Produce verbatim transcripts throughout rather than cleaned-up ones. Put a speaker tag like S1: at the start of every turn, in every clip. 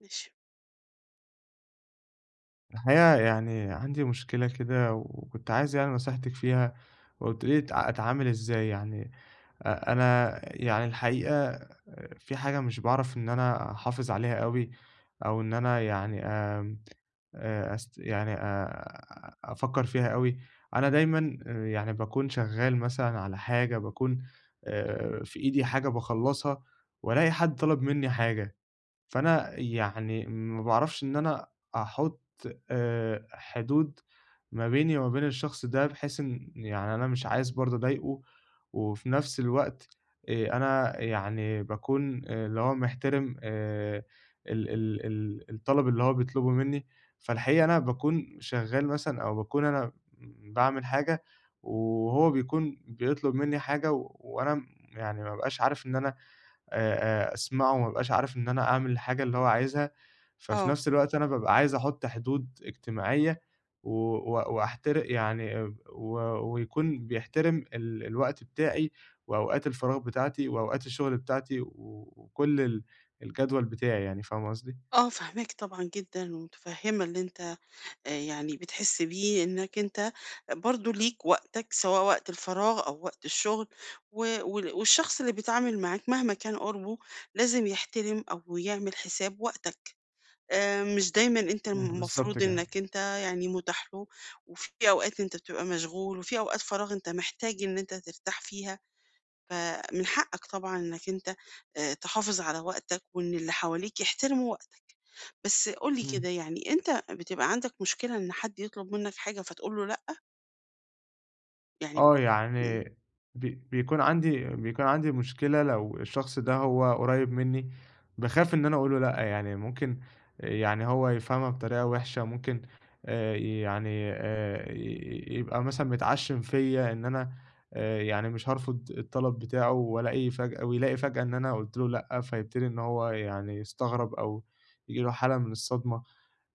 S1: ماشي.
S2: الحقيقة يعني عندي مشكلة كده وكنت عايز يعني نصيحتك فيها، وقلت لي أتع- أتعامل إزاي يعني. أ- أنا يعني الحقيقة آه، في حاجة مش بعرف إن أنا أحافظ عليها قوي، أو إن أنا يعني أم آه، أست... يعني آه، افكر فيها قوي. انا دايما آه، يعني بكون شغال مثلا على حاجة، بكون آه، في ايدي حاجة بخلصها، والاقي حد طلب مني حاجة. فأنا يعني ما باعرفش إن أنا أحُط آآ حدود ما بيني وما بين الشخص ده، بحيث إن يعني أنا مش عايز برضه أضايقه، وفي نفس الوقت آآ أنا يعني باكون آآ اللي هو محترم آآ ال ال ال الطلب اللي هو بيطلبه منّي. فالحقيقة أنا باكون شغّال مثلًا، أو باكون أنا باعمل حاجة، وهو بيكون بيطلب منّي حاجة، و- وأنا م يعني ما بابقاش عارف إن أنا آآ آآ أسمعه، وما ابقاش عارف إن أنا أعمل الحاجة اللي هو عايزها. ففي
S1: آه،
S2: نفس الوقت أنا بابقى عايز أحُط حدود اجتماعية، و و وأحتر يعني آآ و ويكون بيحترم ال الوقت بتاعي، وأوقات الفراغ بتاعتي، وأوقات الشغل بتاعتي، و وكل ال الجدول بتاعي يعني، فاهمة قصدي؟
S1: آه فاهماك طبعًا جدًا، ومتفهمة اللي أنت آآ يعني بتحس بيه، إنك أنت برضه ليك وقتك، سواء وقت الفراغ أو وقت الشغل، و وال والشخص اللي بيتعامل معاك مهما كان قربه، لازم يحترم أو يعمل حساب وقتك. آآ مش دايمًا أنت
S2: إمم. بالضبط
S1: المفروض
S2: كده.
S1: إنك أنت يعني متاح له، وفي أوقات أنت بتبقى مشغول، وفي أوقات فراغ أنت محتاج إن أنت ترتاح فيها. فمن حقك طبعًا إنك أنت آآ تحافظ على وقتك وإن اللي حواليك يحترموا وقتك. بس قُل لي كده
S2: إمم.
S1: يعني أنت بتبقى عندك مشكلة إن حد يطلب منك حاجة فتقول له لأ؟ يعني
S2: آه،
S1: إمم.
S2: يعني بي بيكون عندي بيكون عندي مشكلة لو الشخص ده هو قريب منّي، باخاف إن أنا أقول له لأ، يعني ممكن يعني هو يفهمها بطريقة وِحشة، ممكن آآ يعني آآ ي ي يبقى مثلًا متعشِّم فيّا إن أنا آآ يعني مش هارفض الطلب بتاعه، وألاقي فجأة ويلاقي فجأة إن أنا قُلت له لأ، فيبتدي إن هو يعني يستغرب، أو ييجي له حالة من الصدمة.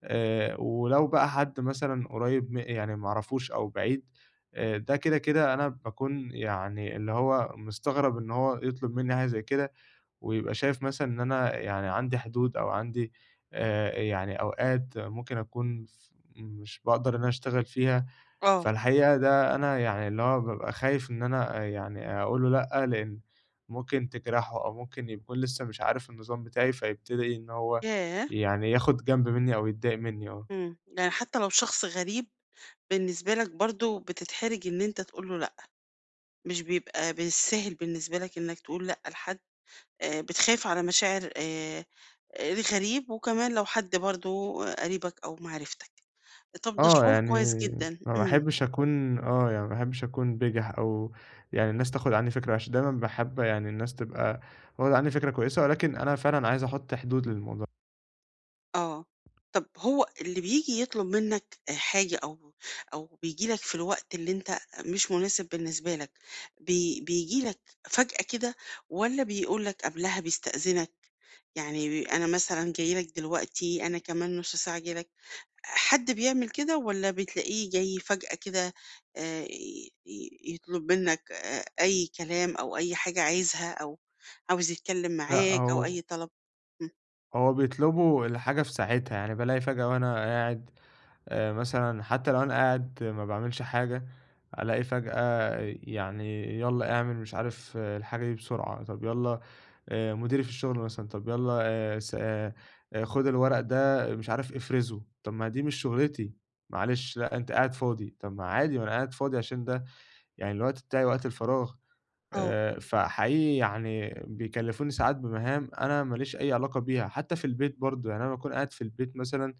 S2: آآ ولو بقى حد مثلًا قريّب م يعني ما أعرفوش أو بعيد، آآ ده كده، كده أنا باكون يعني اللي هو مستغرب إن هو يطلب منّي حاجة زي كده. ويبقى شايف مثلًا إن أنا يعني عندي حدود، أو عندي آآ يعني أوقات ممكن أكون ف مش باقدر إن أنا أشتغل فيها.
S1: آه.
S2: فالحقيقة ده أنا يعني اللي هو بابقى خايف إن أنا آه، يعني أقول له لأ، لإن ممكن تجرحه، أو ممكن يكون لسه مش عارف النظام بتاعي، فيبتدي إن هو
S1: ياه!
S2: يعني ياخد جنب منّي أو يتضايق منّي آه.
S1: إمم. يعني حتى لو شخص غريب بالنسبة لك برضه بتتحرج إن أنت تقول له لأ، مش بيبقى بالساهل بالنسبة لك إنك تقول لأ لحد، آآ بتخاف على مشاعر آآ الغريب وكمان لو حد برضه قريبك أو معرفتك. طَب ده
S2: آه،
S1: شعور
S2: يعني
S1: كويس جدًا.
S2: ما
S1: إمم.
S2: باحبش أكون آه، يعني ما باحبش أكون بِجِح، أو يعني الناس تاخد عني فكرة وِحشة، دايمًا باحب يعني الناس تبقى واخدة عني فكرة كويسة، ولكن أنا فعلًا عايز أحُط حدود للموضوع.
S1: آه. طَب هو اللي بييجي يطلب منّك آآ حاجة أو أو بييجي لك في الوقت اللي أنت مش مناسب بالنسبة لك، بي بييجي لك فجأة كده والّا بيقول لك قبلها بيستأذنك؟ يعني بي أنا مثلًا جاي لك دلوقتي، أنا كمان نُص ساعة جاي لك، حد بيعمل كده والّا بتلاقيه جاي فجأة كده آآ ي ي يطلب منّك آآ أي كلام أو أي حاجة عايزها أو عاوز يتكلّم
S2: لأ،
S1: معاك أو
S2: هو
S1: أي طلب؟ إمم.
S2: هو بيطلبوا الحاجة في ساعتها، يعني بالاقي فجأة وأنا قاعد، آآ مثلًا حتى لو أنا قاعد ما باعملش حاجة، ألاقي فجأة يعني يالّا اعمل مش عارف آه، الحاجة دي بسرعة، طب يالّا آآ مديري في الشغل مثلًا، طب يالّا آآ س آآ خُد الورق ده مش عارف افرزه، طب ما دي مش شغلتي، معلش لأ أنت قاعد فاضي، طب ما عادي، ما أنا قاعد فاضي عشان ده يعني الوقت بتاعي، وقت الفراغ.
S1: آه،
S2: آآ فحقيقي يعني بيكلّفوني ساعات بمهام أنا ما ليش أي علاقة بيها، حتى في البيت برضه، يعني أنا باكون قاعد في البيت مثلًا،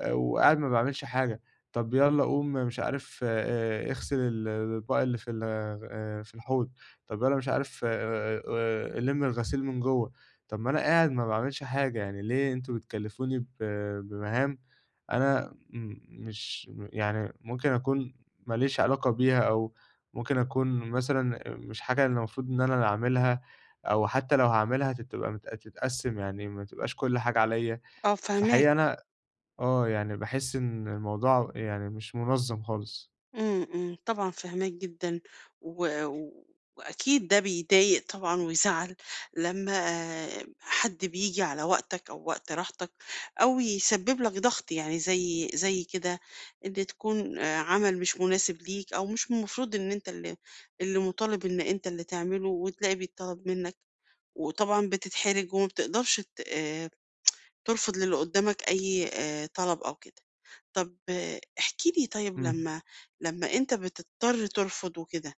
S2: آآ وقاعد ما باعملش حاجة، طَب يالّا قوم مش عارف آآ اغسل ال الأطباق اللي في ال آآ في الحوض، طَب يالّا مش عارف آآ آآ لِم الغسيل من جوّه، طَب ما أنا قاعد ما باعملش حاجة، يعني ليه أنتم بتكلّفوني ب بمهام أنا م مش يعني ممكن أكون ما ليش علاقة بيها، أو ممكن أكون مثلًا مش حاجة اللي المفروض إن أنا اللي أعملها، أو حتّى لو هاعملها تبقى مت تتقسّم، يعني ما تبقاش كل حاجة عليّا.
S1: آه فاهماك.
S2: فحقيقي أنا آه، يعني باحس إن الموضوع يعني مش منظَّم خالص.
S1: إمم، إمم، طبعًا فاهماك جدًا، و و- وأكيد ده بيضايق طبعًا ويزعّل لمّا آه، حد بييجي على وقتك أو وقت راحتك، أو يسبب لك ضغط يعني زي زي كده إن تكون آآ، عمل مش مناسب ليك أو مش المفروض إن أنت اللي اللي مطالب إن أنت اللي تعمله وتلاقي بيتطلب منك، وطبعًا بتتحرج وما بتقدرش ت آآ، ترفض للي قدامك أي آآ، طلب أو كده. طب احكِ لي طيب
S2: إمم.
S1: لمّا لمّا أنت بتضطر ترفض وكده،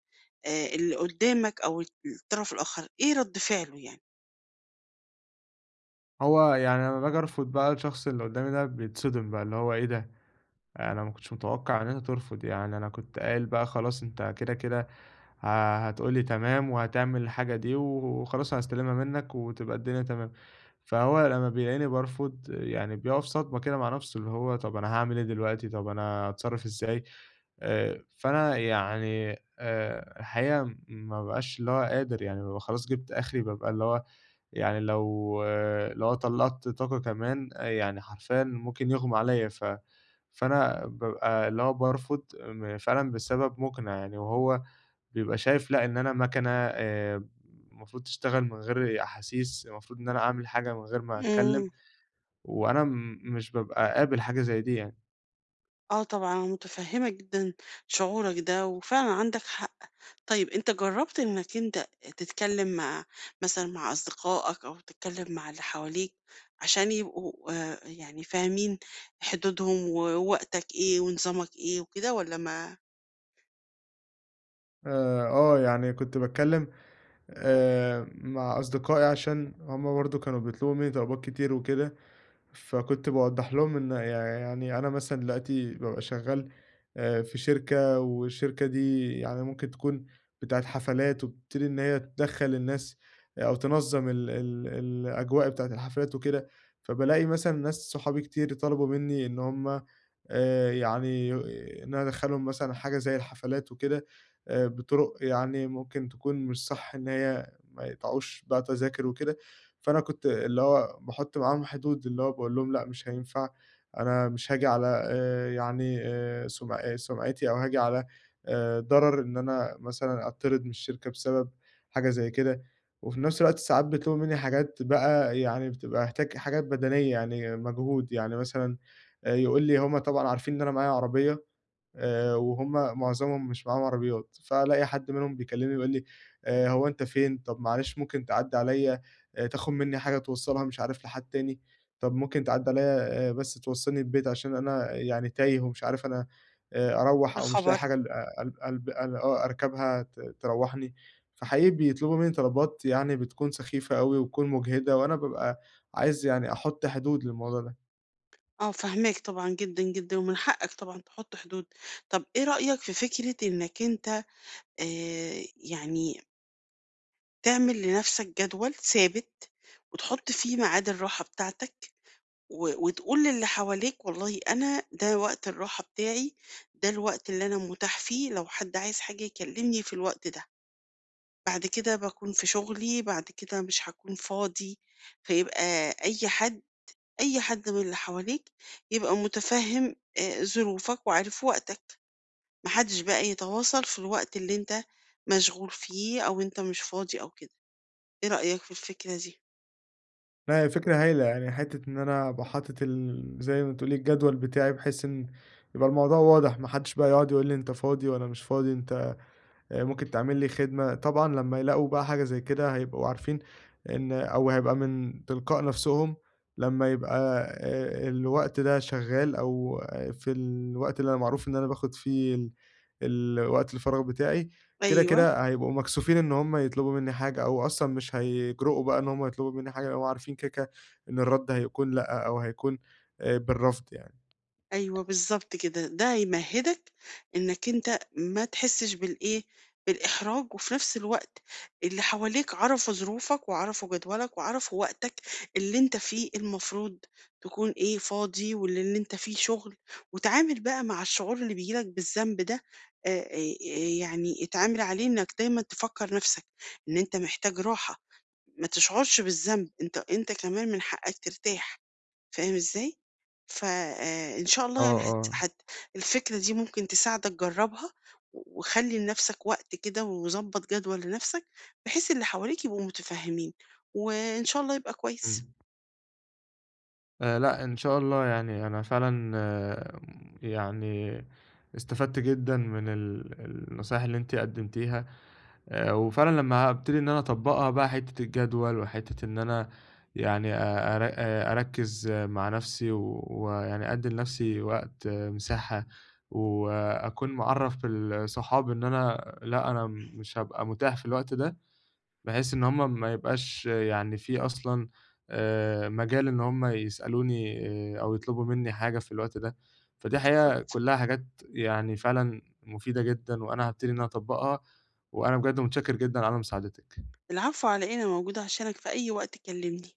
S1: آآ اللي قدّامك أو الطرف الآخر، إيه رَد فعله يعني؟
S2: هو يعني لمّا باجي أرفض بقى، الشخص اللي قُدّامي ده بيتصدم بقى، اللي هو إيه ده! انا ما كنتش متوقع ان انت ترفض، يعني انا كنت قايل بقى خلاص انت كده كده ه- هتقولي تمام، وهتعمل الحاجة دي وخلاص، هستلمها منك وتبقى الدنيا تمام. فهو لما بيلاقيني برفض يعني بيقف صدمة كده مع نفسه، اللي هو طب انا هعمل ايه دلوقتي، طب انا هتصرف ازاي. آه، فانا يعني آه، الحقيقة ما بقاش اللي هو قادر، يعني ببقى خلاص جبت اخري، ببقى اللي هو يعني لو آه، لو طلعت طاقة كمان آه، يعني حرفيا ممكن يغمى عليا. ف فأنا بابقى اللي هو بارفض م فعلًا بسبب مُقنع يعني، وهو بيبقى شايف لأ، إن أنا مَكَنة، آآ المفروض تشتغل من غير أحاسيس، المفروض إن أنا أعمل حاجة من غير ما أتكلّم،
S1: إمم،
S2: وأنا م مش بابقى قابل حاجة زي دي يعني.
S1: آه طبعًا أنا متفهّمة جدًا شعورك ده وفعلًا عندك حق. طيب أنت جرّبت إنّك أنت تتكلّم مع مثلًا مع أصدقائك أو تتكلّم مع اللي حواليك عشان يبقوا آآ يعني فاهمين حدودهم ووقتك إيه ونظامك إيه وكده والّا ما
S2: آآ آه، يعني كنت باتكلّم آآ مع أصدقائي عشان هُم برضه كانوا بيطلبوا منّي طلبات كتير وكده، فكنت باوضّح لهم إن يع يعني أنا مثلًا دلوقتي بابقى شغّال آآ في شركة، والشركة دي يعني ممكن تكون بتاعة حفلات، وبتبتدي إن هي تدخّل الناس آه، أو تنظّم ال ال الأجواء بتاعة الحفلات وكده. فبالاقي مثلًا ناس صحابي كتير طلبوا منّي إن هم آآ يعني إن أنا أدخّلهم مثلًا حاجة زي الحفلات وكده، آآ بطُرق يعني ممكن تكون مش صح، إن هي ما يقطعوش بقى تذاكر وكده. فأنا كنت اللي هو باحُط معاهم حدود، اللي هو باقول لهم لأ مش هينفع، أنا مش هاجي على آآ يعني آآ سُمع آه، سُمعتي، أو هاجي على آآ ضرر إن أنا مثلًا أتطرد من الشركة بسبب حاجة زي كده. وفي نفس الوقت ساعات بيطلبوا منّي حاجات بقى يعني بتبقى محتاج حاجات بدنية يعني مجهود، يعني مثلًا آآ يقول لي هم طبعًا عارفين إن أنا معايا عربية، آآ وهُم معظمهم مش معاهم عربيات، فألاقي حد منهم بيكلمني بيقول لي: "آآ هو أنت فين؟ طب معلش ممكن تعدّي عليّا آآ تاخد منّي حاجة توصّلها مش عارف لحد تاني، طب ممكن تعدّي عليّا آآ بس توصّلني البيت عشان أنا يعني تايه ومش عارف أنا آآ أروّح،
S1: لا
S2: أو مش لاقي
S1: خبر؟
S2: حاجة ال آه، أل ألب أل آه أركبها ت تروّحني." فحقيقي بيطلبوا منّي طلبات يعني بتكون سخيفة أوي وبتكون مُجهدة، وأنا بابقى عايز يعني أحُط حدود للموضوع ده.
S1: آه، فاهماك طبعًا جدًا، جدًا، ومن حقك طبعًا تحط حدود. طب إيه رأيك في فكرة إنك أنت آآ، يعني تعمل لنفسك جدول ثابت وتحط فيه ميعاد الراحة بتاعتك و وتقول للي حواليك والله أنا ده وقت الراحة بتاعي، ده الوقت اللي أنا متاح فيه، لو حد عايز حاجة يكلمني في الوقت ده، بعد كده باكون في شغلي، بعد كده مش هاكون فاضي، فيبقى أي حد أي حد من اللي حواليك يبقى متفهم آآ ظروفك وعارف وقتك، ما حدش بقى يتواصل في الوقت اللي أنت مشغول فيه أو أنت مش فاضي أو كده، إيه رأيك في الفكرة دي؟
S2: لأ، هي فكرة هايلة، يعني حتّة إن أنا أبقى حاطط ال زي ما تقولي الجدول بتاعي، بحيث إن يبقى الموضوع واضح، ما حدّش بقى يقعد يقول لي أنت فاضي والّا مش فاضي، أنت آآ ممكن تعمل لي خدمة. طبعًا لمّا يلاقوا بقى حاجة زي كده هيبقوا عارفين، إن أو هيبقى من تلقاء نفسهم لمّا يبقى آآ الوقت ده شغال، أو آه، في الوقت اللي أنا معروف إن أنا باخد فيه ال الوقت الفراغ بتاعي، كده،
S1: أيوه.
S2: كده هيبقوا مكسوفين إن هم يطلبوا منّي حاجة، أو أصلًا مش هيجرؤوا بقى إن هم يطلبوا منّي حاجة، لإن هم عارفين كده، كده إن الرَد هيكون لأ، أو هيكون آآ بالرفض يعني.
S1: أيوه بالضبط كده، ده هيمهّدك إنّك أنت ما تحسّش بالإيه، بالإحراج وفي نفس الوقت اللي حواليك عرفوا ظروفك وعرفوا جدولك وعرفوا وقتك اللي أنت فيه المفروض تكون إيه، فاضي واللي اللي أنت فيه شغل، واتعامل بقى مع الشعور اللي بييجي لك بالذنب ده آآ آآ يعني اتعامل عليه إنّك دايمًا تفكّر نفسك إن أنت محتاج راحة، ما تشعرش بالذنب، أنت أنت كمان من حقّك ترتاح. فاهم إزاي؟ ف آآ إن شاء الله
S2: آه،
S1: يعني هت
S2: آه،
S1: هت الفكرة دي ممكن تساعدك جرّبها، و وخلّي لنفسك وقت كده وضبّط جدول لنفسك، بحيث اللي حواليك يبقوا متفهمين، وإن شاء الله يبقى كويس.
S2: إمم. آآ لأ، إن شاء الله يعني أنا فعلًا آه، يعني استفدت جدًا من ال النصايح اللي أنتِ قدّمتيها، آآ وفعلًا لمّا هابتدي إن أنا أطبّقها بقى، حتّة الجدول، وحتّة إن أنا يعني أ أر أ أركّز آه، مع نَفْسي، و- ويعني أدّي لنَفْسي وقت آه، مساحة، وأكون مِعرّف ال صحابي إن أنا لأ، أنا مش هابقى متاح في الوقت ده. بحيث إن هم ما يبقاش يعني في أصلًا آآ مجال إن هم يسألوني آآ أو يطلبوا منّي حاجة في الوقت ده. فدي حقيقة
S1: بالضبط.
S2: كلّها حاجات يعني فعلًا مفيدة جدًا، وأنا هابتدي إن أنا أطبّقها، وأنا بجد متشكّر جدًا على مساعدتِك.
S1: العفو على إيه، أنا موجودة عشانك في أي وقت كلمني.